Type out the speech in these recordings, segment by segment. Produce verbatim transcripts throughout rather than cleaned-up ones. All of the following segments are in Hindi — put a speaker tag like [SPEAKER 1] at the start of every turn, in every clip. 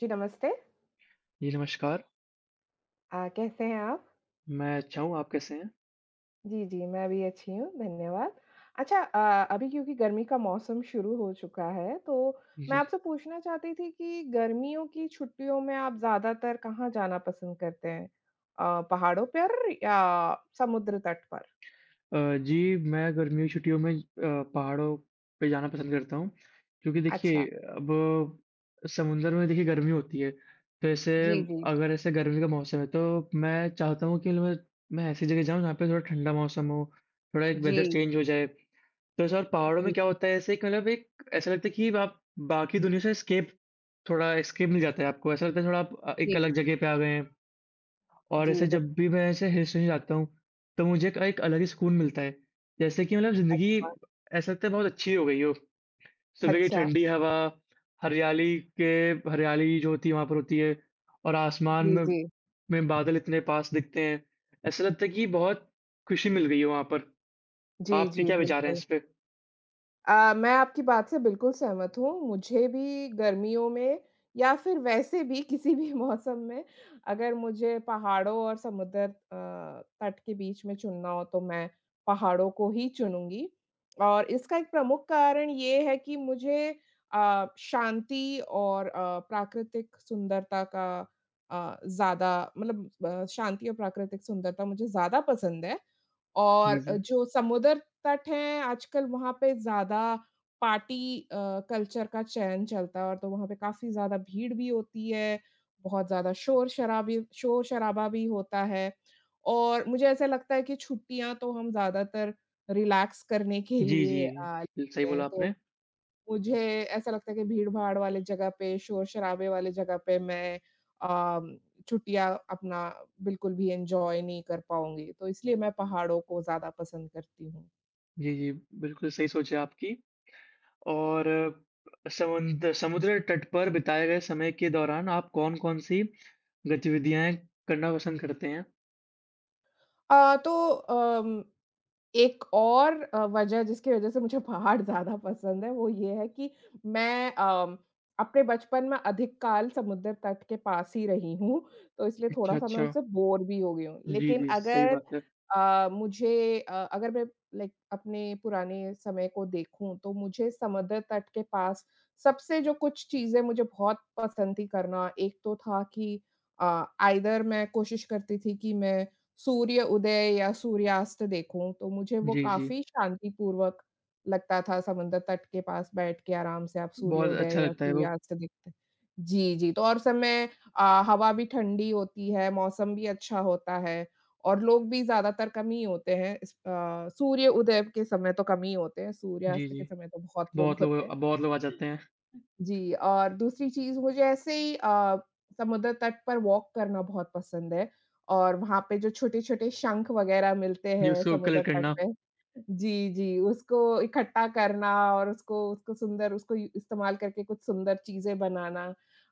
[SPEAKER 1] जी, नमस्ते।
[SPEAKER 2] जी, नमस्कार।
[SPEAKER 1] अ, कैसे हैं आप?
[SPEAKER 2] मैं अच्छा हूँ, आप कैसे हैं?
[SPEAKER 1] जी, जी, मैं भी अच्छी हूँ, धन्यवाद। अच्छा। अ, अभी क्योंकि गर्मी का मौसम शुरू हो चुका है, तो मैं
[SPEAKER 2] जी।
[SPEAKER 1] आपसे पूछना चाहती थी कि गर्मियों की छुट्टियों में आप ज़्यादातर कहाँ जाना पसंद करते हैं? अ, पहाड़ों पर या समुद्र तट पर?
[SPEAKER 2] अ, जी, मैं गर्मियों की छुट्टियों में अ, पहाड़ों पे जाना पसंद करता हूँ क्योंकि देखिए
[SPEAKER 1] अच्छा।
[SPEAKER 2] अब समुंदर में देखिए गर्मी होती है, तो ऐसे
[SPEAKER 1] जी, जी।
[SPEAKER 2] अगर ऐसे गर्मी का मौसम है तो मैं चाहता हूँ कि मैं मैं ऐसी जगह जाऊँ जहाँ पे थोड़ा ठंडा मौसम हो, थोड़ा एक
[SPEAKER 1] जी,
[SPEAKER 2] वेदर चेंज हो जाए। तो ऐसा और पहाड़ों में
[SPEAKER 1] जी,
[SPEAKER 2] क्या होता है ऐसे एक मतलब एक ऐसा लगता है कि आप बाकी दुनिया से एस्केप थोड़ा एस्केप मिल जाता है आपको। ऐसा लगता है थोड़ा आप अ, एक
[SPEAKER 1] जी,
[SPEAKER 2] अलग जगह पे आ गए हैं। और
[SPEAKER 1] जी,
[SPEAKER 2] ऐसे
[SPEAKER 1] बिल
[SPEAKER 2] जब भी मैं ऐसे हिल स्टेशन जाता हूँ, तो मुझे एक एक अलग ही सुकून मिलता है। जैसे कि मतलब ज़िंदगी
[SPEAKER 1] अच्छा।
[SPEAKER 2] ऐसा लगता है बहुत अच्छी हो गई हो। सुबह की
[SPEAKER 1] अच्छा।
[SPEAKER 2] ठंडी हवा, हरियाली के हरियाली जो होती है वहाँ पर होती है और आसमान
[SPEAKER 1] जी,
[SPEAKER 2] में
[SPEAKER 1] जी।
[SPEAKER 2] में बादल इतने पास दिखते हैं। ऐसा लगता है कि बहुत खुशी मिल गई है वहाँ पर।
[SPEAKER 1] जी,
[SPEAKER 2] आपके
[SPEAKER 1] जी,
[SPEAKER 2] क्या विचार हैं
[SPEAKER 1] बिल्कुल।
[SPEAKER 2] इस पे?
[SPEAKER 1] अ, मैं आपकी बात से बिल्कुल सहमत हूँ। मुझे भी गर्मियों में या फिर वैसे भी किसी भी मौसम में अगर मुझे पहाड़ों और समुद्र अ, तट के बीच में चुनना हो तो मैं पहाड़ों को ही चुनूँगी। और इसका एक प्रमुख कारण ये है कि मुझे अ, शांति और अ, प्राकृतिक सुंदरता का अ, ज़्यादा मतलब अ, शांति और प्राकृतिक सुंदरता मुझे ज़्यादा पसंद है। और
[SPEAKER 2] जी,
[SPEAKER 1] अ,
[SPEAKER 2] जी।
[SPEAKER 1] जो समुद्र तट हैं, आजकल वहाँ पे ज़्यादा पार्टी अ, कल्चर का चयन चलता है और तो वहाँ पे काफ़ी ज़्यादा भीड़ भी होती है, बहुत ज़्यादा शोर-शराबी शोर-शराबा भी होता है। और मुझे ऐसा लगता है कि छुट्टियाँ तो हम ज़्यादातर रिलैक्स करने के
[SPEAKER 2] जी, जी।
[SPEAKER 1] लिए अ,
[SPEAKER 2] बिल सही
[SPEAKER 1] लेते
[SPEAKER 2] बोला
[SPEAKER 1] हैं,
[SPEAKER 2] आपने।
[SPEAKER 1] तो मुझे ऐसा लगता है कि भीड़-भाड़ वाले जगह पे, शोर-शराबे वाले जगह पे मैं अम, छुट्टियाँ अपना बिल्कुल भी एन्जॉय नहीं कर पाऊँगी, तो इसलिए मैं पहाड़ों को ज़्यादा पसंद करती हूँ।
[SPEAKER 2] जी, जी। बिल्कुल सही सोच है आपकी। और समुंद समुद्र तट पर बिताए गए समय के दौरान आप कौन-कौन सी गतिविधियाँ करना पसंद करते हैं?
[SPEAKER 1] अ, तो अम, एक और अ, वजह जिसकी वजह से मुझे पहाड़ ज़्यादा पसंद है, वो ये है कि मैं अम, अपने बचपन में अधिक काल समुद्र तट के पास ही रही हूँ, तो इसलिए
[SPEAKER 2] अच्छा,
[SPEAKER 1] थोड़ा-सा मैं
[SPEAKER 2] अच्छा।
[SPEAKER 1] उससे बोर भी हो गई हूँ।
[SPEAKER 2] जी,
[SPEAKER 1] लेकिन
[SPEAKER 2] जी, सही
[SPEAKER 1] अगर
[SPEAKER 2] बात है।
[SPEAKER 1] अ, मुझे अ, अगर मैं लाइक अपने पुराने समय को देखूँ, तो मुझे समुद्र तट के पास सबसे जो कुछ चीज़ें मुझे बहुत पसंद थी करना, एक तो था कि अ, आइदर मैं कोशिश करती थी कि मैं सूर्य उदय या सूर्यास्त देखूँ, तो मुझे वो
[SPEAKER 2] जी, जी,
[SPEAKER 1] काफ़ी शांतिपूर्वक लगता था समुद्र तट के पास बैठ के आराम से आप
[SPEAKER 2] बहुत
[SPEAKER 1] सूर्योदय
[SPEAKER 2] अच्छा
[SPEAKER 1] या
[SPEAKER 2] लगता है वो।
[SPEAKER 1] सूर्यास्त देखते। जी, जी। तो और समय अ, हवा भी ठंडी होती है, मौसम भी अच्छा होता है और लोग भी ज़्यादातर कम ही होते हैं इस अ, सूर्य उदय के समय तो कम ही होते हैं,
[SPEAKER 2] जी,
[SPEAKER 1] सूर्यास्त
[SPEAKER 2] जी,
[SPEAKER 1] के समय तो बहुत लोग
[SPEAKER 2] बहुत लोग
[SPEAKER 1] होते हैं।
[SPEAKER 2] अ, बहुत लोग आ जाते हैं।
[SPEAKER 1] जी और दूसरी चीज़ मुझे ऐसे ही अ, समुद्र तट पर वॉक करना बहुत पसंद है और वहाँ पे जो छोटे-छोटे शंख वग़ैरह मिलते
[SPEAKER 2] जी,
[SPEAKER 1] हैं
[SPEAKER 2] उसको कलर
[SPEAKER 1] समुद्र तट
[SPEAKER 2] करना।
[SPEAKER 1] पे। जी, जी, उसको इकट्ठा करना और उसको उसको सुंदर उसको यू इस्तेमाल करके कुछ सुंदर चीज़ें बनाना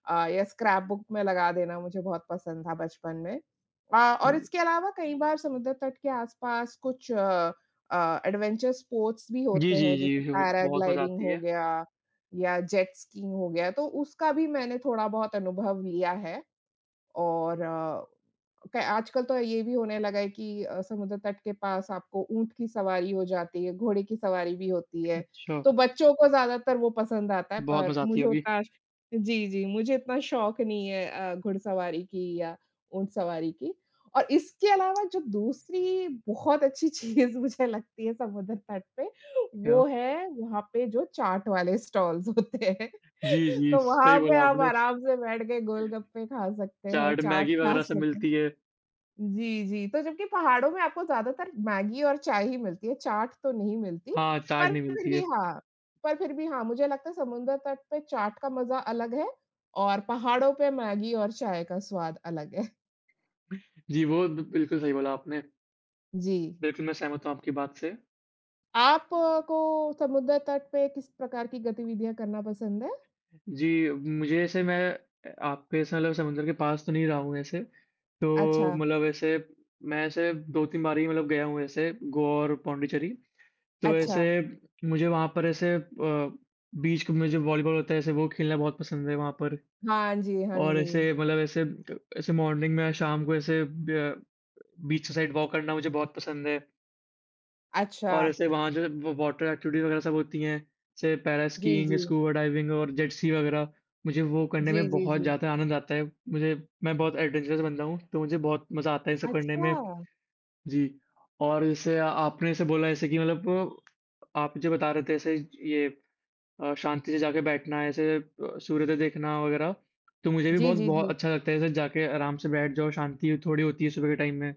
[SPEAKER 1] अ, या स्क्रैप बुक में लगा देना मुझे बहुत पसंद था बचपन में। अ, और इसके अलावा कई बार समुद्र तट के आस-पास कुछ अ, एडवेंचर स्पोर्ट्स भी
[SPEAKER 2] जी,
[SPEAKER 1] होते
[SPEAKER 2] जी,
[SPEAKER 1] हैं जैसे
[SPEAKER 2] जी, वो बहुत मज़ा
[SPEAKER 1] पैराग्लाइडिंग
[SPEAKER 2] आती
[SPEAKER 1] हो
[SPEAKER 2] है।
[SPEAKER 1] गया या जेट स्कीइंग हो गया, तो उसका भी मैंने थोड़ा-बहुत अनुभव लिया है। और अ, क आजकल तो ये भी होने लगा है कि अ, समुद्र तट के पास आपको ऊँट की सवारी हो जाती है, घोड़े की सवारी भी होती है।
[SPEAKER 2] अच्छा,
[SPEAKER 1] तो बच्चों को ज़्यादातर वो पसंद आता है,
[SPEAKER 2] बहुत
[SPEAKER 1] पर
[SPEAKER 2] मज़ा आती
[SPEAKER 1] मुझे
[SPEAKER 2] होगी,
[SPEAKER 1] उतना। जी, जी, मुझे इतना शौक नहीं है अ, घुड़सवारी की या ऊँट सवारी की। और इसके अलावा जो दूसरी बहुत अच्छी चीज़ मुझे लगती है समुद्र तट पे,
[SPEAKER 2] क्या?
[SPEAKER 1] वो है वहाँ पे जो चाट वाले स्टॉल्स होते हैं।
[SPEAKER 2] जी, जी,
[SPEAKER 1] तो
[SPEAKER 2] सही
[SPEAKER 1] वहाँ पे
[SPEAKER 2] बोला
[SPEAKER 1] आप
[SPEAKER 2] आपने।
[SPEAKER 1] आराम से बैठ के गोलगप्पे खा सकते हैं,
[SPEAKER 2] चाट,
[SPEAKER 1] चाट
[SPEAKER 2] मैगी
[SPEAKER 1] खा
[SPEAKER 2] वगैरह सब
[SPEAKER 1] सकते हैं।
[SPEAKER 2] मिलती है।
[SPEAKER 1] जी, जी। तो जबकि पहाड़ों में आपको ज़्यादातर मैगी और चाय ही मिलती है, चाट तो नहीं मिलती।
[SPEAKER 2] हाँ, चाट
[SPEAKER 1] पर
[SPEAKER 2] नहीं
[SPEAKER 1] फिर
[SPEAKER 2] मिलती है।
[SPEAKER 1] भी हाँ, पर फिर भी हाँ, मुझे लगता है समुद्र तट पे चाट का मज़ा अलग है और पहाड़ों पे मैगी और चाय का स्वाद अलग है।
[SPEAKER 2] जी, वो ब बिल्कुल सही बोला आपने।
[SPEAKER 1] जी।
[SPEAKER 2] बिल्कुल, मैं सहमत हूँ आपकी बात से।
[SPEAKER 1] आप अ, को समुद्र तट पे किस प्रकार की गतिविधियाँ करना पसंद है?
[SPEAKER 2] जी, मुझे ऐसे मैं अ, आपके ऐसे मतलब समुद्र के पास तो नहीं रहा हूँ ऐसे। तो
[SPEAKER 1] अच्छा,
[SPEAKER 2] मतलब ऐसे मैं ऐसे दो तीन बार ही मतलब गया हूँ ऐसे गोवा और पॉन्डिचेरी। तो
[SPEAKER 1] अच्छा।
[SPEAKER 2] ऐसे मुझे वहाँ पर ऐसे अ, बीच क में जो वॉलीबॉल होता है ऐसे वो खेलना बहुत पसंद है वहाँ पर।
[SPEAKER 1] हाँ जी, हाँ
[SPEAKER 2] और ऐसे
[SPEAKER 1] जी।
[SPEAKER 2] मतलब ऐसे क ऐसे मॉर्निंग में या शाम को ऐसे ब बीच साइड वॉक करना मुझे बहुत पसंद है।
[SPEAKER 1] अच्छा।
[SPEAKER 2] और ऐसे वहाँ जो है व वॉटर एक्टिविटीज़ वगैरह सब होती हैं, जैसे
[SPEAKER 1] जी,
[SPEAKER 2] पैरास्कीइंग,
[SPEAKER 1] जी।
[SPEAKER 2] स्कूबा डाइविंग और जेट स्की वगैरह, मुझे वो करने में
[SPEAKER 1] जी, जी,
[SPEAKER 2] बहुत
[SPEAKER 1] जी।
[SPEAKER 2] ज़्यादा आनंद आता है। मुझे मैं बहुत एडवेंचरस बंदा हूँ, तो मुझे बहुत मज़ा आता है ये सब करने
[SPEAKER 1] अच्छा।
[SPEAKER 2] में। जी, और जैसे आ- आपने जैसे बोला जैसे कि मतलब आप जो बता रहे थे ऐसे ये अ, शांति से जाके बैठना, ऐसे अ, सूर्योदय देखना वगैरह, तो मुझे भी
[SPEAKER 1] जी,
[SPEAKER 2] बहुत
[SPEAKER 1] जी,
[SPEAKER 2] बहुत
[SPEAKER 1] जी।
[SPEAKER 2] अच्छा लगता है, ऐसे जाके आराम से बैठ जाओ, शांति थोड़ी होती है सुबह के टाइम में।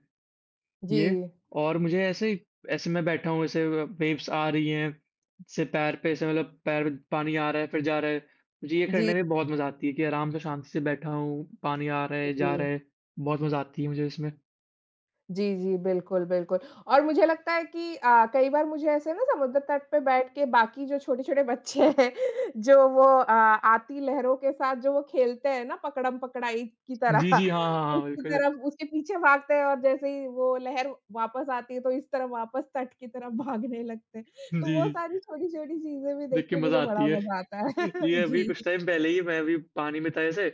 [SPEAKER 2] ये
[SPEAKER 1] जी।
[SPEAKER 2] और मुझे ऐसे ही ऐसे मैं बैठा हूँ ऐसे वेव्स आ रही हैं, से पैर पे ऐसे मतलब पैर में पानी आ रहा है फिर जा रहा है। मुझे ये करने
[SPEAKER 1] जी,
[SPEAKER 2] में बहुत मज़ा आती है कि आराम से शांति से बैठा हूँ, पानी आ रहा है, जा रहा
[SPEAKER 1] जी।
[SPEAKER 2] है, बहुत मज़ा आती है मुझे इसमें।
[SPEAKER 1] जी, जी, बिल्कुल, बिल्कुल। और मुझे लगता है कि अ, कई बार मुझे ऐसे ना समुद्र तट पे बैठ के बाकी जो छोटे-छोटे बच्चे हैं, जो वो अ, आती लहरों के साथ जो वो खेलते हैं ना पकड़म-पकड़ाई की तरह,
[SPEAKER 2] जी, जी, हाँ, हाँ, हाँ,
[SPEAKER 1] उसकी
[SPEAKER 2] बिल्कुल।
[SPEAKER 1] तरफ उसके पीछे भागते हैं और जैसे ही वो लहर वापस आती है, तो इस तरह वापस तट की तरफ भागने लगते हैं।
[SPEAKER 2] जी,
[SPEAKER 1] तो वो
[SPEAKER 2] जी,
[SPEAKER 1] सारी छोटी-छोटी चीज़ें भी देख
[SPEAKER 2] देख के
[SPEAKER 1] के मुझे
[SPEAKER 2] मज़ा आती
[SPEAKER 1] बड़ा मज़ा आता है।
[SPEAKER 2] है। ये अभी कुछ
[SPEAKER 1] जी।
[SPEAKER 2] टाइम पहले ही मैं अभी पानी में था ऐसे,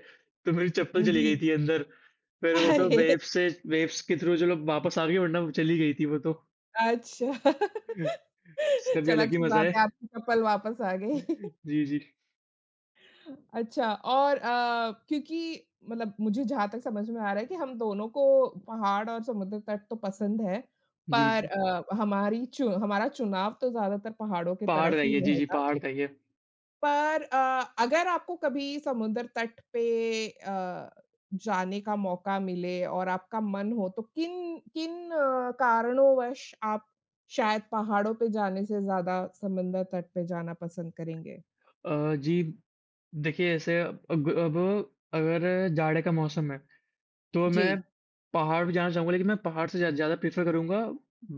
[SPEAKER 2] तो मेरी चप्पल चली
[SPEAKER 1] जी।
[SPEAKER 2] गई थी अंदर। फिर वो तो
[SPEAKER 1] अरे!
[SPEAKER 2] वेव्स से वेव्स के थ्रू चलो वापस आ गई वरना वो चली गई थी वो तो।
[SPEAKER 1] अच्छा।
[SPEAKER 2] उसका भी
[SPEAKER 1] चलो
[SPEAKER 2] अलग ही
[SPEAKER 1] अच्छी
[SPEAKER 2] मज़ा
[SPEAKER 1] बात है
[SPEAKER 2] है।
[SPEAKER 1] आपकी चप्पल वापस आ गई।
[SPEAKER 2] जी, जी।
[SPEAKER 1] अच्छा। और अ, क्योंकि मतलब मुझे जहाँ तक समझ में आ रहा है कि हम दोनों को पहाड़ और समुद्र तट तो पसंद है,
[SPEAKER 2] जी,
[SPEAKER 1] पर
[SPEAKER 2] जी।
[SPEAKER 1] अ, हमारी चु हमारा चुनाव तो ज़्यादातर पहाड़ों की
[SPEAKER 2] पहाड़
[SPEAKER 1] तरफ
[SPEAKER 2] रही
[SPEAKER 1] ही
[SPEAKER 2] है। जी, जी,
[SPEAKER 1] रहेगा।
[SPEAKER 2] पहाड़ रही है।
[SPEAKER 1] पर अ, अगर आपको कभी समुद्र तट पे अ, जाने का मौका मिले और आपका मन हो तो किन किन अ, कारणोंवश आप शायद पहाड़ों पे जाने से ज़्यादा समुद्र तट पे जाना पसंद करेंगे?
[SPEAKER 2] अ, जी, देखिए ऐसे अब अब अगर जाड़े का मौसम है, तो मैं
[SPEAKER 1] जी।
[SPEAKER 2] पहाड़ भी जाना चाहूँगा, लेकिन मैं पहाड़ से ज़्या ज़्यादा प्रेफ़र करूँगा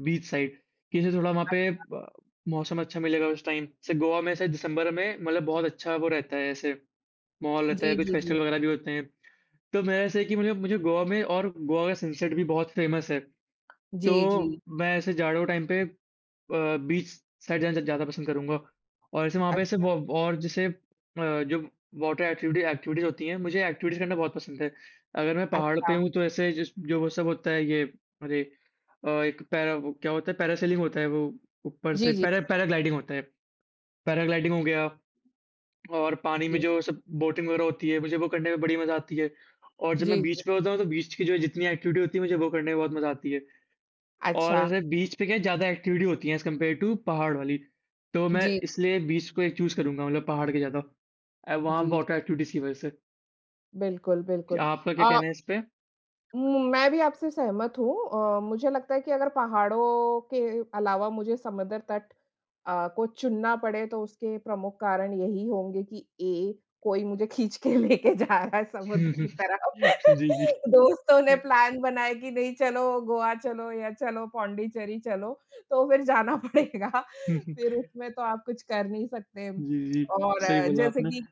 [SPEAKER 2] बीच साइड, कि जैसे थोड़ा वहाँ पे
[SPEAKER 1] अच्छा।
[SPEAKER 2] ब मौसम अच्छा मिलेगा उस टाइम। जैसे गोवा में ऐसे दिसंबर में मतलब बहुत अच्छा वो रहता है ऐसे, माहौल रहता है,
[SPEAKER 1] जी,
[SPEAKER 2] कुछ
[SPEAKER 1] जी, जी।
[SPEAKER 2] फेस्टिवल वगैरह भी होते हैं। तो मेरा ऐसा है कि मुझे मुझे गोवा में और गोवा का सनसेट भी बहुत फ़ेमस है।
[SPEAKER 1] जी, जी।
[SPEAKER 2] तो मैं ऐसे जाड़ों के टाइम पे अ, बीच साइड जाना ज़्यादा पसंद करूँगा। और ऐसे वहाँ पे ऐसे
[SPEAKER 1] अच्छा,
[SPEAKER 2] वो और जैसे अ, जो वाटर एक्टिविटी एक्टिविटीज़ होती हैं, मुझे एक्टिविटीज़ करना बहुत पसंद है। अगर मैं पहाड़ पे
[SPEAKER 1] अच्छा।
[SPEAKER 2] हूँ तो ऐसे जिस जो वो सब होता है ये अरे अ, एक पैरा वो क्या होता है पैरासेलिंग होता है वो ऊपर से
[SPEAKER 1] जी, जी,
[SPEAKER 2] पैरा पैराग्लाइडिंग होता है। पैराग्लाइडिंग हो गया और पानी में
[SPEAKER 1] जी।
[SPEAKER 2] जो सब बोटिंग वगैरह होती है, मुझे वो करने में बड़ी मज़ा आती है। और जब मैं
[SPEAKER 1] जी,
[SPEAKER 2] बीच
[SPEAKER 1] जी।
[SPEAKER 2] पे होता हूँ तो बीच की जो जितनी एक्टिविटी होती है मुझे वो करने में बहुत मज़ा आती है। और
[SPEAKER 1] अच्छा।
[SPEAKER 2] ऐसे बीच पे क्या ज़्यादा एक्टिविटी होती है एज़ कम्पेयर टू पहाड़ वाली। तो मैं
[SPEAKER 1] जी,
[SPEAKER 2] इसलिए बीच को एक चूज़ करूँगा मतलब पहाड़ के ज़्यादा। अ, वहाँ
[SPEAKER 1] जी,
[SPEAKER 2] वाटर
[SPEAKER 1] जी।
[SPEAKER 2] एक्टिविटीज़ की वज़ह से।
[SPEAKER 1] बिल्कुल, बिल्कुल।
[SPEAKER 2] आपका क्या
[SPEAKER 1] अ
[SPEAKER 2] कहना है इस पे?
[SPEAKER 1] उम, मैं भी आपसे सहमत हूँ। अ, मुझे लगता है कि अगर पहाड़ों के अलावा मुझे समुद्र तट अ, को चुनना पड़े तो उसके प्रमुख कारण यही होंगे कि ए कोई मुझे खींच के लेके जा रहा है समुद्र की तरफ।
[SPEAKER 2] जी, जी।
[SPEAKER 1] दोस्तों ने प्लान बनाया कि नहीं चलो गोवा चलो या चलो पौंडीचेरी चलो, तो फिर जाना पड़ेगा। फिर उसमें तो आप कुछ कर नहीं सकते।
[SPEAKER 2] जी, जी।
[SPEAKER 1] और
[SPEAKER 2] सही
[SPEAKER 1] अ,
[SPEAKER 2] बोला
[SPEAKER 1] जैसे
[SPEAKER 2] आपने।
[SPEAKER 1] कि,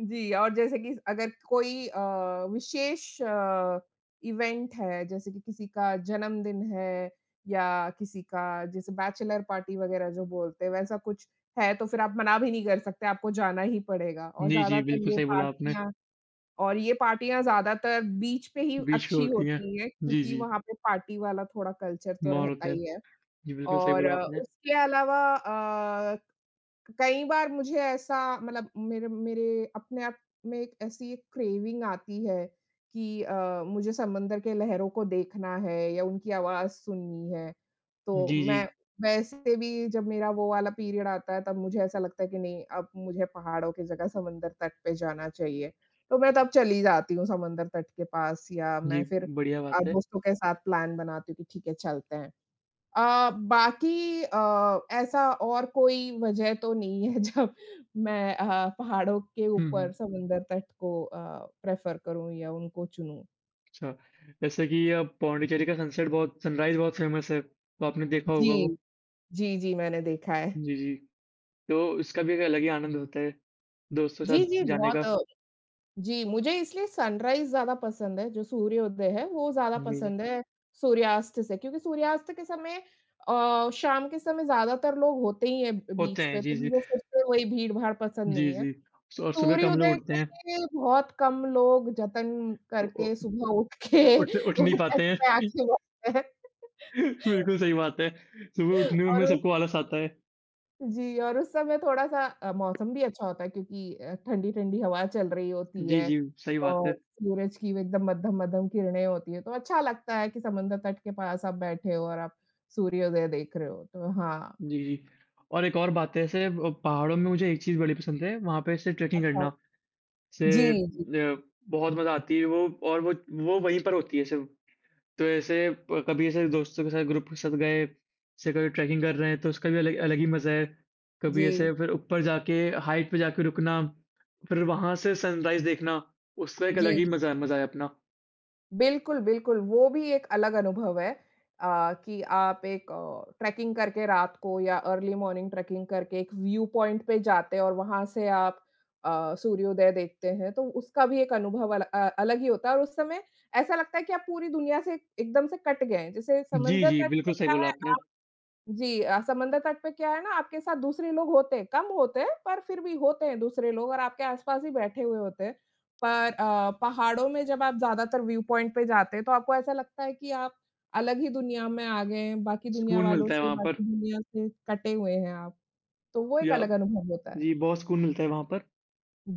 [SPEAKER 1] जी, और जैसे कि अगर कोई अ, विशेष अ, इवेंट है, जैसे कि किसी का जन्मदिन है या किसी का जैसे बैचलर पार्टी वगैरह जो बोलते हैं, वैसा कुछ है, तो फिर आप मना भी नहीं कर सकते, आपको जाना ही पड़ेगा और
[SPEAKER 2] जी, जी,
[SPEAKER 1] ज़्यादातर
[SPEAKER 2] बिल्कुल
[SPEAKER 1] ये
[SPEAKER 2] सही बोला आपने।
[SPEAKER 1] पार्टियाँ और ये पार्टियाँ ज़्यादातर बीच पे ही
[SPEAKER 2] बीच पे
[SPEAKER 1] अच्छी
[SPEAKER 2] होती हैं।
[SPEAKER 1] होती हैं
[SPEAKER 2] जी,
[SPEAKER 1] क्योंकि
[SPEAKER 2] जी।
[SPEAKER 1] वहाँ पे पार्टी वाला थोड़ा कल्चर तो
[SPEAKER 2] माहौल
[SPEAKER 1] रहता
[SPEAKER 2] होता है।
[SPEAKER 1] ही है।
[SPEAKER 2] जी, बिल्कुल सही
[SPEAKER 1] और
[SPEAKER 2] बोला
[SPEAKER 1] अ,
[SPEAKER 2] आपने।
[SPEAKER 1] उसके अलावा अ कई बार मुझे ऐसा मतलब मेरे मेरे अपने आप में एक ऐसी एक क्रेविंग आती है कि अ, मुझे समंदर के लहरों को देखना है या उनकी आवाज़ सुननी है। तो
[SPEAKER 2] जी, जी।
[SPEAKER 1] मैं वैसे भी जब मेरा वो वाला पीरियड आता है तब मुझे ऐसा लगता है कि नहीं अब मुझे पहाड़ों की जगह समंदर तट पे जाना चाहिए। तो मैं तब चली जाती हूँ समंदर तट के पास या
[SPEAKER 2] जी,
[SPEAKER 1] मैं फिर
[SPEAKER 2] बढ़िया
[SPEAKER 1] अ,
[SPEAKER 2] बात है।
[SPEAKER 1] दोस्तों के साथ प्लान बनाती हूँ कि ठीक है चलते हैं। अ, बाकी अ, ऐसा और कोई वजह तो नहीं है जब मैं अ, पहाड़ों के
[SPEAKER 2] हुँ, हुँ।
[SPEAKER 1] ऊपर समुंदर तट को अ, प्रेफ़र करूँ या उनको चुनूँ।
[SPEAKER 2] अच्छा, जैसे कि अ, पौंडीचेरी का सनसेट बहुत सनराइज़ बहुत फ़ेमस है, तो आपने देखा होगा
[SPEAKER 1] जी,
[SPEAKER 2] वो?
[SPEAKER 1] जी, जी, मैंने देखा है।
[SPEAKER 2] जी, जी। तो इसका भी एक अलग ही आनंद होता है, दोस्तों के
[SPEAKER 1] जी, जी,
[SPEAKER 2] साथ जाने
[SPEAKER 1] बहुत
[SPEAKER 2] का।
[SPEAKER 1] अ, जी, मुझे इसलिए सनराइज़ ज़्यादा पसंद है, जो सूर्योदय है, वो ज़्यादा
[SPEAKER 2] जी, जी।
[SPEAKER 1] पसंद है सूर्यास्त से। क्योंकि सूर्यास्त के समय अ, शाम के समय ज़्यादातर लोग होते ही हैं ब
[SPEAKER 2] होते
[SPEAKER 1] बीच
[SPEAKER 2] हैं,
[SPEAKER 1] पे, तो
[SPEAKER 2] जी, जी।
[SPEAKER 1] मुझे फिर से वही भीड़-भाड़ पसंद
[SPEAKER 2] जी,
[SPEAKER 1] नहीं है।
[SPEAKER 2] जी। सु- और सुबह कम लोग
[SPEAKER 1] सूर्योदय
[SPEAKER 2] उठते
[SPEAKER 1] के
[SPEAKER 2] हैं।
[SPEAKER 1] लिए बहुत कम लोग जतन
[SPEAKER 2] उ उ
[SPEAKER 1] करके सुबह उठ के
[SPEAKER 2] उठ उठ
[SPEAKER 1] वो
[SPEAKER 2] नहीं
[SPEAKER 1] छत
[SPEAKER 2] पाते
[SPEAKER 1] पे
[SPEAKER 2] हैं।
[SPEAKER 1] आके बैठते हैं
[SPEAKER 2] बिल्कुल सही बात है। सुबह उठने में
[SPEAKER 1] और उस,
[SPEAKER 2] सबको आलस आता है।
[SPEAKER 1] जी, और उस समय थोड़ा-सा अ, मौसम भी अच्छा होता है क्योंकि अ, ठंडी-ठंडी हवा चल रही होती
[SPEAKER 2] जी,
[SPEAKER 1] है
[SPEAKER 2] जी, सही बात है।
[SPEAKER 1] और सूरज की एकदम मद्धम-मद्धम किरणें होती हैं, तो अच्छा लगता है कि समंदर तट के पास आप बैठे हो और आप सूर्योदय देख रहे हो, तो हाँ,
[SPEAKER 2] जी, जी। और एक और बात है ऐसे अ, पहाड़ों में मुझे एक चीज़ बड़ी पसंद है, वहाँ पे ऐसे ट्रैकिंग
[SPEAKER 1] अच्छा।
[SPEAKER 2] करना,
[SPEAKER 1] जी,
[SPEAKER 2] जैसे
[SPEAKER 1] जी,
[SPEAKER 2] अ, बहुत मज़ा आती है वो और वो वो वहीं पर होती है सिर्फ़। तो ऐसे प कभी ऐसे दोस्तों के साथ ग्रुप के साथ गए, जैसे कभी ट्रैकिंग कर रहे हैं तो उसका भी अलग अलग ही मज़ा है। कभी ऐसे
[SPEAKER 1] जी,
[SPEAKER 2] फिर ऊपर जाके हाइट पे जाके रुकना, फिर वहाँ से सनराइज़ देखना, उसका एक अलग
[SPEAKER 1] जी।
[SPEAKER 2] ही मज़ा मज़ा है अपना।
[SPEAKER 1] बिल्कुल, बिल्कुल, वो भी एक अलग अनुभव है अ, कि आप एक अ, ट्रैकिंग करके रात को या अर्ली मॉर्निंग ट्रैकिंग करके एक व्यू पॉइंट पे जाते हैं और वहाँ से आप अ, सूर्योदय देखते हैं, तो उसका भी एक अनुभव अल अ, अलग ही होता है और उस समय ऐसा लगता है कि आप पूरी दुनिया से एकदम से कट गए हैं। जैसे
[SPEAKER 2] जी,
[SPEAKER 1] समुद्र
[SPEAKER 2] जी,
[SPEAKER 1] तट का
[SPEAKER 2] बिल्कुल सही
[SPEAKER 1] क्या
[SPEAKER 2] बोला
[SPEAKER 1] है
[SPEAKER 2] आपने।
[SPEAKER 1] आप जी अ, समंदर तट पे क्या है ना आपके साथ दूसरे लोग होते हैं, कम होते हैं पर फिर भी होते हैं दूसरे लोग और आपके आस-पास ही बैठे हुए होते हैं। पर अ, पहाड़ों में जब आप ज़्यादातर व्यू पॉइंट पे जाते हैं तो आपको ऐसा लगता है कि आप अलग ही दुनिया में आ गए हैं, बाकी दुनिया
[SPEAKER 2] सुकून
[SPEAKER 1] वालों
[SPEAKER 2] मिलता है
[SPEAKER 1] से,
[SPEAKER 2] वहाँ पर
[SPEAKER 1] बाकी दुनिया से कटे हुए हैं आप। तो वो एक
[SPEAKER 2] या
[SPEAKER 1] अलग अनुभव होता है।
[SPEAKER 2] जी, बहुत सुकून मिलता है वहाँ पर।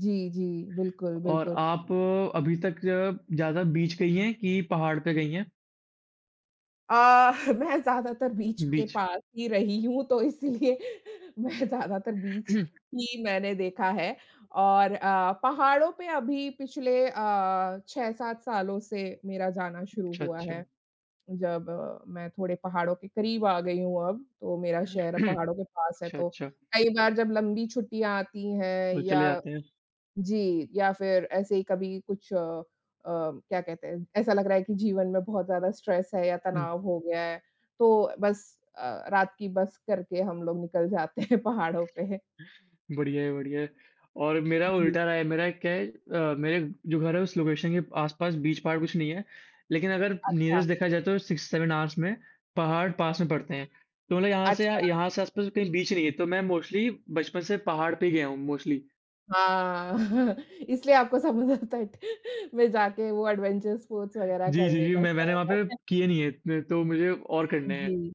[SPEAKER 1] जी, जी। बिल्कुल,
[SPEAKER 2] और
[SPEAKER 1] बिल्कुल।
[SPEAKER 2] आप अ, अभी तक ज़्यादा बीच गई हैं कि पहाड़ पे गई हैं?
[SPEAKER 1] अ, मैं ज़्यादातर बीच के
[SPEAKER 2] बीच।
[SPEAKER 1] पास ही रही हूँ, तो इसलिए मैं ज़्यादातर बीच ही मैंने देखा है और अ, पहाड़ों पे अभी पिछले अ, छह सात सालों से मेरा जाना शुरू
[SPEAKER 2] अच्छा,
[SPEAKER 1] हुआ
[SPEAKER 2] अच्छा।
[SPEAKER 1] है। जब आ, मैं थोड़े पहाड़ों के करीब आ गई हूँ अब, तो मेरा शहर पहाड़ों के
[SPEAKER 2] अच्छा,
[SPEAKER 1] पास है, तो
[SPEAKER 2] अच्छा।
[SPEAKER 1] कई बार जब लंबी छुट्टियाँ आती हैं
[SPEAKER 2] तो चले
[SPEAKER 1] या,
[SPEAKER 2] जाते हैं।
[SPEAKER 1] जी, या फिर ऐसे ही कभी कुछ अ अ, क्या कहते हैं, ऐसा लग रहा है कि जीवन में बहुत ज़्यादा स्ट्रेस है या
[SPEAKER 2] हुँ।
[SPEAKER 1] तनाव हो गया है, तो बस अ, रात की बस करके हम लोग निकल जाते हैं पहाड़ों पे।
[SPEAKER 2] बढ़िया है, बढ़िया है। और मेरा
[SPEAKER 1] जी,
[SPEAKER 2] उल्टा रहा है, मेरा क्या है अ, मेरे जो घर है उस लोकेशन के आस-पास बीच पहाड़ कुछ नहीं है, लेकिन अगर
[SPEAKER 1] अच्छा,
[SPEAKER 2] नियरेस्ट देखा जाए तो सिक्स सेवन आवर्स में पहाड़ पास में पड़ते हैं। तो मतलब यहाँ से
[SPEAKER 1] अच्छा,
[SPEAKER 2] यहाँ से आस-पास कहीं बीच नहीं है, तो मैं मोस्टली बचपन से पहाड़ पे ही गया हूँ मोस्टली।
[SPEAKER 1] हाँ। इसलिए आपको समुद्र तट में जाके वो एडवेंचर स्पोर्ट्स वगैरह
[SPEAKER 2] जी, जी,
[SPEAKER 1] करने
[SPEAKER 2] जी,
[SPEAKER 1] का
[SPEAKER 2] मैं मैंने वहाँ
[SPEAKER 1] शौक
[SPEAKER 2] पे
[SPEAKER 1] है।
[SPEAKER 2] किए नहीं है, तो मुझे और करने हैं।
[SPEAKER 1] जी।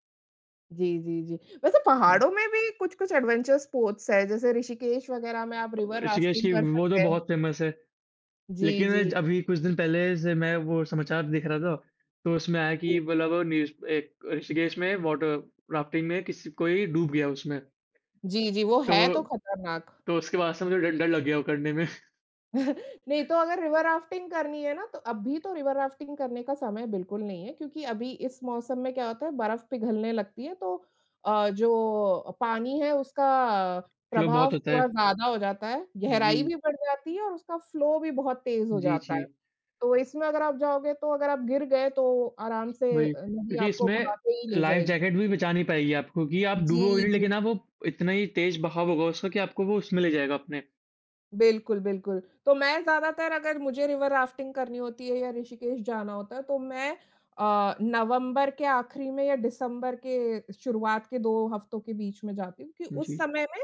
[SPEAKER 1] जी, जी, जी। वैसे पहाड़ों में भी कुछ-कुछ एडवेंचर स्पोर्ट्स है, जैसे ऋषिकेश वगैरह में आप रिवर
[SPEAKER 2] ऋषिकेश
[SPEAKER 1] राफ्टिंग
[SPEAKER 2] की
[SPEAKER 1] कर
[SPEAKER 2] वो तो
[SPEAKER 1] सकते हैं।
[SPEAKER 2] बहुत फेमस है।
[SPEAKER 1] जी, जी,
[SPEAKER 2] लेकिन अभी कुछ दिन पहले से मैं वो समाचार देख रहा था, तो उसमें आया कि
[SPEAKER 1] जी।
[SPEAKER 2] मतलब न्यूज़ एक ऋषिकेश में वाटर राफ्टिंग में किसी कोई डूब गया उसमें।
[SPEAKER 1] जी, जी, वो
[SPEAKER 2] तो
[SPEAKER 1] है तो खतरनाक।
[SPEAKER 2] तो उसके बाद से मुझे डर डर लग गया वो करने में।
[SPEAKER 1] नहीं तो अगर रिवर राफ्टिंग करनी है ना तो अभी तो रिवर राफ्टिंग करने का समय बिल्कुल नहीं है क्योंकि अभी इस मौसम में क्या होता है बर्फ पिघलने लगती है तो अ, जो पानी है उसका
[SPEAKER 2] चलो बहुत
[SPEAKER 1] प्रभाव
[SPEAKER 2] होता है।
[SPEAKER 1] थोड़ा ज़्यादा हो जाता है, गहराई
[SPEAKER 2] जी,
[SPEAKER 1] भी बढ़ जाती है और उसका फ्लो भी बहुत तेज़ हो
[SPEAKER 2] जी,
[SPEAKER 1] जाता
[SPEAKER 2] जी।
[SPEAKER 1] है। तो इसमें अगर आप जाओगे तो अगर आप गिर गए तो आराम से अ,
[SPEAKER 2] वही,
[SPEAKER 1] नदी
[SPEAKER 2] क्योंकि
[SPEAKER 1] आपको बहा
[SPEAKER 2] इसमें
[SPEAKER 1] के ही ले
[SPEAKER 2] लाइफ़
[SPEAKER 1] जाएगी।
[SPEAKER 2] जैकेट भी बचा नहीं पाएगी आपको कि आप डूबोगे
[SPEAKER 1] जी,
[SPEAKER 2] नहीं
[SPEAKER 1] जी।
[SPEAKER 2] लेकिन आप वो इतना ही तेज़ बहाव होगा उसका कि आपको वो उसमें ले जाएगा अपने।
[SPEAKER 1] बिल्कुल, बिल्कुल। तो मैं ज़्यादातर अगर मुझे रिवर राफ्टिंग करनी होती है या ऋषिकेश जाना होता है, तो मैं अ, नवंबर के आखिरी में या दिसंबर के शुरुआत के दो हफ्तों के बीच में जाती हूँ, क्योंकि उस
[SPEAKER 2] जी।
[SPEAKER 1] समय में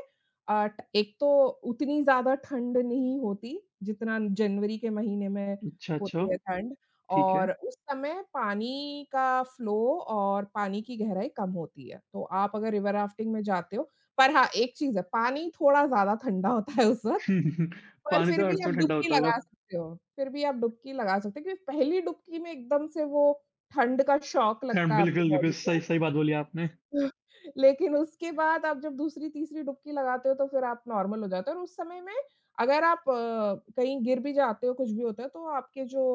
[SPEAKER 1] अ, ट एक तो उतनी ज़्यादा ठंड नहीं होती, जितना जनवरी के महीने में
[SPEAKER 2] अच्छा, अच्छा।
[SPEAKER 1] होती है ठंड
[SPEAKER 2] ठीक है।
[SPEAKER 1] और उस समय पानी का फ़्लो और पानी की गहराई कम होती है। तो आप अगर रिवर राफ्टिंग में जाते हो पर हाँ, एक चीज़ है, पानी थोड़ा ज़्यादा ठंडा होता है उस वक़्त। पर
[SPEAKER 2] पानी
[SPEAKER 1] फिर
[SPEAKER 2] तो
[SPEAKER 1] भी
[SPEAKER 2] हर
[SPEAKER 1] आप
[SPEAKER 2] समय ठंडा
[SPEAKER 1] डुबकी
[SPEAKER 2] होता
[SPEAKER 1] लगा
[SPEAKER 2] होगा।
[SPEAKER 1] सकते हो, फिर भी आप डुबकी लगा सकते हो क्योंकि पहली डुबकी में एकदम से वो ठंड का शॉक
[SPEAKER 2] हाँ,
[SPEAKER 1] लगता है आपकी
[SPEAKER 2] बिल्कुल, बिल्कुल
[SPEAKER 1] बॉडी
[SPEAKER 2] सही
[SPEAKER 1] को।
[SPEAKER 2] सही बात बोली आपने।
[SPEAKER 1] लेकिन उसके बाद आप जब दूसरी-तीसरी डुबकी लगाते हो तो फिर आप नॉर्मल हो जाते हो और उस समय में अगर आप अ, कहीं गिर भी जाते हो, कुछ भी होता है तो आपके जो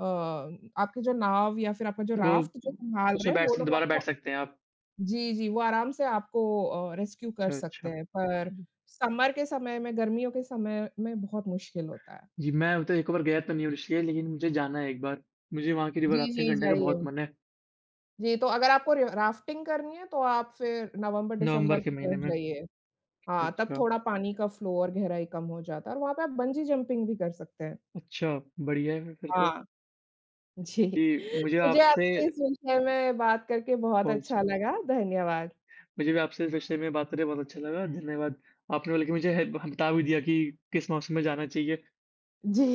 [SPEAKER 1] अ, आपके जो नाव या फिर आपका जो
[SPEAKER 2] तो वो
[SPEAKER 1] राफ्ट जो सँभाल
[SPEAKER 2] उसमें
[SPEAKER 1] रहे हैं वो
[SPEAKER 2] बैठ
[SPEAKER 1] लोग
[SPEAKER 2] दोबारा बैठ
[SPEAKER 1] आपको,
[SPEAKER 2] सकते हैं आप।
[SPEAKER 1] जी, जी, वो आराम से आपको अ, रेस्क्यू कर
[SPEAKER 2] अच्छा, अच्छा।
[SPEAKER 1] सकते हैं। पर
[SPEAKER 2] हुँ।
[SPEAKER 1] समर के समय में, गर्मियों के समय में बहुत मुश्किल होता है।
[SPEAKER 2] जी, मैं उधर एक बार गया तो नहीं हूँ ऋषिकेश लेकिन मुझे जाना है एक बार। मुझे वहाँ की रिवर
[SPEAKER 1] जी,
[SPEAKER 2] राफ्टिंग
[SPEAKER 1] जी,
[SPEAKER 2] करने का बहुत
[SPEAKER 1] जाइए।
[SPEAKER 2] मन है,
[SPEAKER 1] जी, तो अगर आपको रि राफ्टिंग करनी है तो आप फिर
[SPEAKER 2] नवंबर
[SPEAKER 1] नवंबर-दिसंबर
[SPEAKER 2] के
[SPEAKER 1] की
[SPEAKER 2] महीने
[SPEAKER 1] तरफ
[SPEAKER 2] में।
[SPEAKER 1] जाइए।
[SPEAKER 2] अच्छा,
[SPEAKER 1] हाँ, तब
[SPEAKER 2] अच्छा।
[SPEAKER 1] थोड़ा पानी का फ्लो और गहराई कम हो जाता है और वहाँ पे आप बंजी जंपिंग भी कर सकते हैं।
[SPEAKER 2] अच्छा, बढ़िया है फिर तो।
[SPEAKER 1] हाँ, जी।
[SPEAKER 2] जी, मुझे
[SPEAKER 1] मुझे
[SPEAKER 2] आपसे
[SPEAKER 1] आपसे इस विषय में बात करके बहुत
[SPEAKER 2] बहुत अच्छा
[SPEAKER 1] अच्छा लगा। धन्यवाद।
[SPEAKER 2] मुझे भी आपसे इस विषय में बात करके बहुत अच्छा लगा, धन्यवाद। आपने बल्कि मुझे है बता भी दिया कि किस मौसम में जाना चाहिए।
[SPEAKER 1] जी।